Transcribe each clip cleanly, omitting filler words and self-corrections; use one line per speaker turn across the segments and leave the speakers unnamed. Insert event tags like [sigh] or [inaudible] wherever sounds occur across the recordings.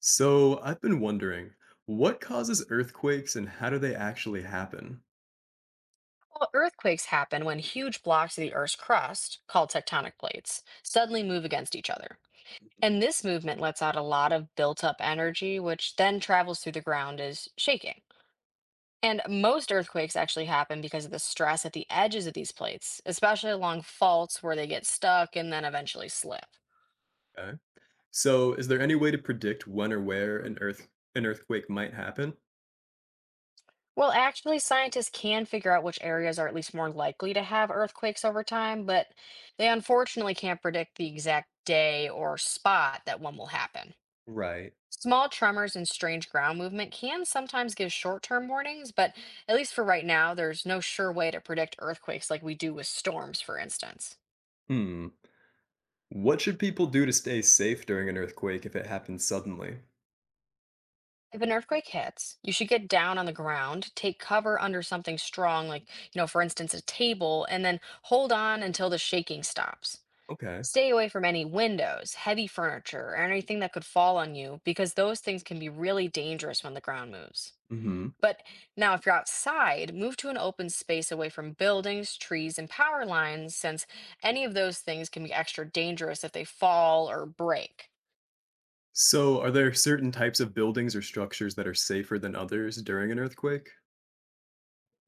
So I've been wondering, what causes earthquakes and how do they actually happen?
Well, earthquakes happen when huge blocks of the Earth's crust, called tectonic plates, suddenly move against each other. And this movement lets out a lot of built up energy, which then travels through the ground as shaking. And most earthquakes actually happen because of the stress at the edges of these plates, especially along faults where they get stuck and then eventually slip.
Okay. So is there any way to predict when or where an earthquake might happen?
Well, actually, scientists can figure out which areas are at least more likely to have earthquakes over time, but they unfortunately can't predict the exact day or spot that one will happen.
Right.
Small tremors and strange ground movement can sometimes give short term warnings, but at least for right now, there's no sure way to predict earthquakes like we do with storms, for instance.
Hmm. What should people do to stay safe during an earthquake if it happens suddenly?
If an earthquake hits, you should get down on the ground, take cover under something strong, like, for instance, a table, and then hold on until the shaking stops.
Okay.
Stay away from any windows, heavy furniture, or anything that could fall on you because those things can be really dangerous when the ground moves.
Mm-hmm.
But now, if you're outside, move to an open space away from buildings, trees, and power lines, since any of those things can be extra dangerous if they fall or break.
So are there certain types of buildings or structures that are safer than others during an earthquake?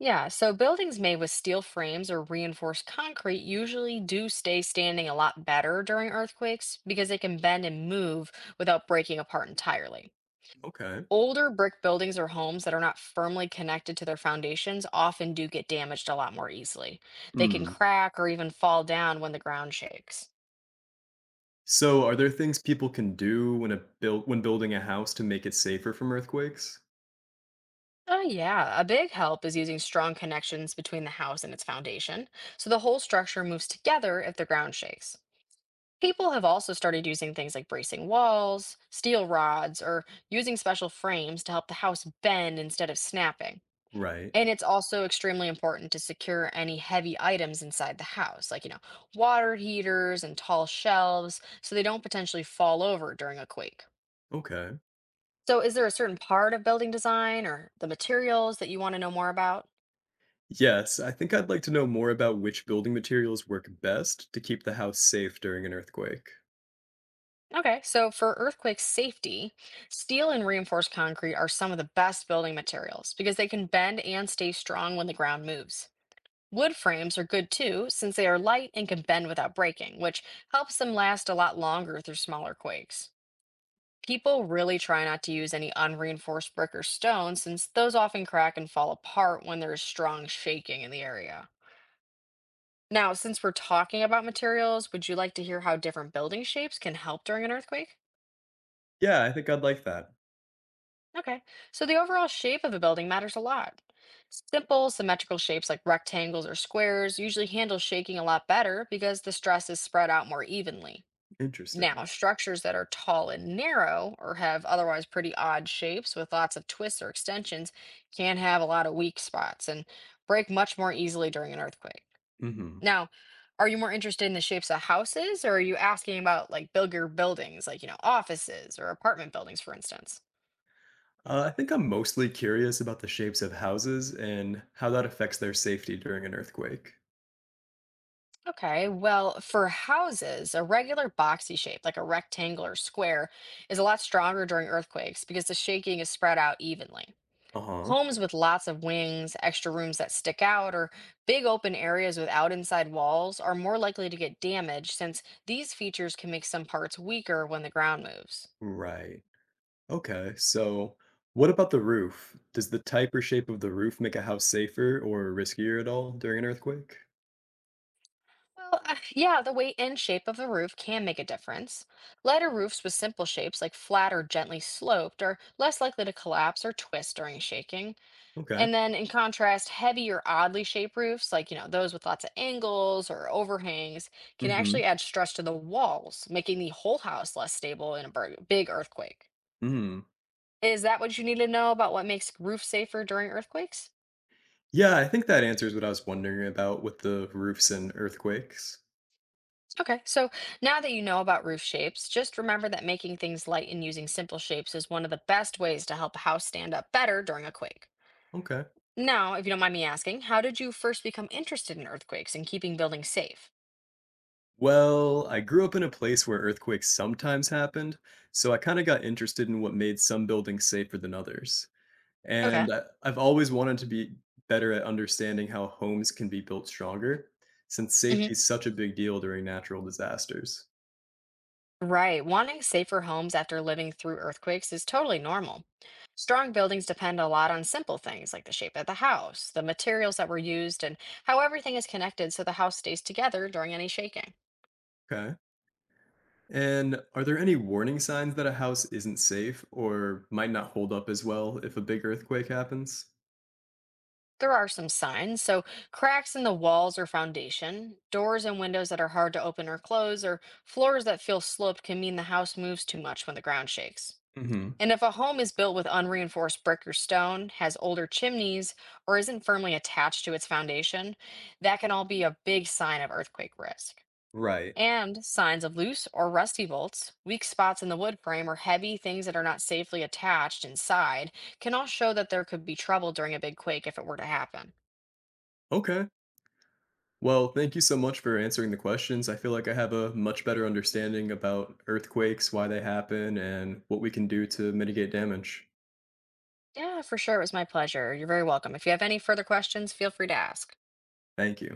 Yeah, so buildings made with steel frames or reinforced concrete usually do stay standing a lot better during earthquakes because they can bend and move without breaking apart entirely.
Okay.
Older brick buildings or homes that are not firmly connected to their foundations often do get damaged a lot more easily. They can
Hmm.
crack or even fall down when the ground shakes.
So are there things people can do when a build when building a house to make it safer from earthquakes?
Oh, yeah. A big help is using strong connections between the house and its foundation, so the whole structure moves together if the ground shakes. People have also started using things like bracing walls, steel rods, or using special frames to help the house bend instead of snapping.
Right.
And it's also extremely important to secure any heavy items inside the house, like, water heaters and tall shelves, so they don't potentially fall over during a quake.
Okay.
So, is there a certain part of building design or the materials that you want to know more about?
Yes, I think I'd like to know more about which building materials work best to keep the house safe during an earthquake.
Okay, so for earthquake safety, steel and reinforced concrete are some of the best building materials because they can bend and stay strong when the ground moves. Wood frames are good too, since they are light and can bend without breaking, which helps them last a lot longer through smaller quakes. People really try not to use any unreinforced brick or stone, since those often crack and fall apart when there is strong shaking in the area. Now, since we're talking about materials, would you like to hear how different building shapes can help during an earthquake?
Yeah, I think I'd like that.
Okay, so the overall shape of a building matters a lot. Simple, symmetrical shapes like rectangles or squares usually handle shaking a lot better because the stress is spread out more evenly. Now,
Interesting.
structures that are tall and narrow or have otherwise pretty odd shapes with lots of twists or extensions can have a lot of weak spots and break much more easily during an earthquake.
Hmm.
Now, are you more interested in the shapes of houses or are you asking about like bigger buildings, like, offices or apartment buildings, for instance?
I think I'm mostly curious about the shapes of houses and how that affects their safety during an earthquake.
Okay, well, for houses, a regular boxy shape, like a rectangle or square, is a lot stronger during earthquakes because the shaking is spread out evenly.
Uh huh.
Homes with lots of wings, extra rooms that stick out, or big open areas without inside walls are more likely to get damaged since these features can make some parts weaker when the ground moves.
Right. Okay, so what about the roof? Does the type or shape of the roof make a house safer or riskier at all during an earthquake?
Well, [sighs] yeah, the weight and shape of the roof can make a difference. Lighter roofs with simple shapes, like flat or gently sloped, are less likely to collapse or twist during shaking.
Okay.
And then in contrast, heavy or oddly shaped roofs, like, those with lots of angles or overhangs, can
Mm
actually add stress to the walls, making the whole house less stable in a big earthquake.
hmm.
Is that what you need to know about what makes roofs safer during earthquakes?
Yeah, I think that answers what I was wondering about with the roofs and earthquakes.
Okay, so now that you know about roof shapes, just remember that making things light and using simple shapes is one of the best ways to help a house stand up better during a quake.
Okay.
Now, if you don't mind me asking, how did you first become interested in earthquakes and keeping buildings safe?
Well, I grew up in a place where earthquakes sometimes happened, so I kind of got interested in what made some buildings safer than others.
Okay.
And I've always wanted to be better at understanding how homes can be built stronger, since
Mhm.
safety is such a big deal during natural disasters.
Right. Wanting safer homes after living through earthquakes is totally normal. Strong buildings depend a lot on simple things like the shape of the house, the materials that were used, and how everything is connected so the house stays together during any shaking.
Okay. And are there any warning signs that a house isn't safe or might not hold up as well if a big earthquake happens?
There are some signs, so cracks in the walls or foundation, doors and windows that are hard to open or close, or floors that feel sloped can mean the house moves too much when the ground shakes.
Hmm.
And if a home is built with unreinforced brick or stone, has older chimneys, or isn't firmly attached to its foundation, that can all be a big sign of earthquake risk.
Right.
And signs of loose or rusty bolts, weak spots in the wood frame, or heavy things that are not safely attached inside can all show that there could be trouble during a big quake if it were to happen.
Okay. Well, thank you so much for answering the questions. I feel like I have a much better understanding about earthquakes, why they happen, and what we can do to mitigate damage.
Yeah, for sure. It was my pleasure. You're very welcome. If you have any further questions, feel free to ask.
Thank you.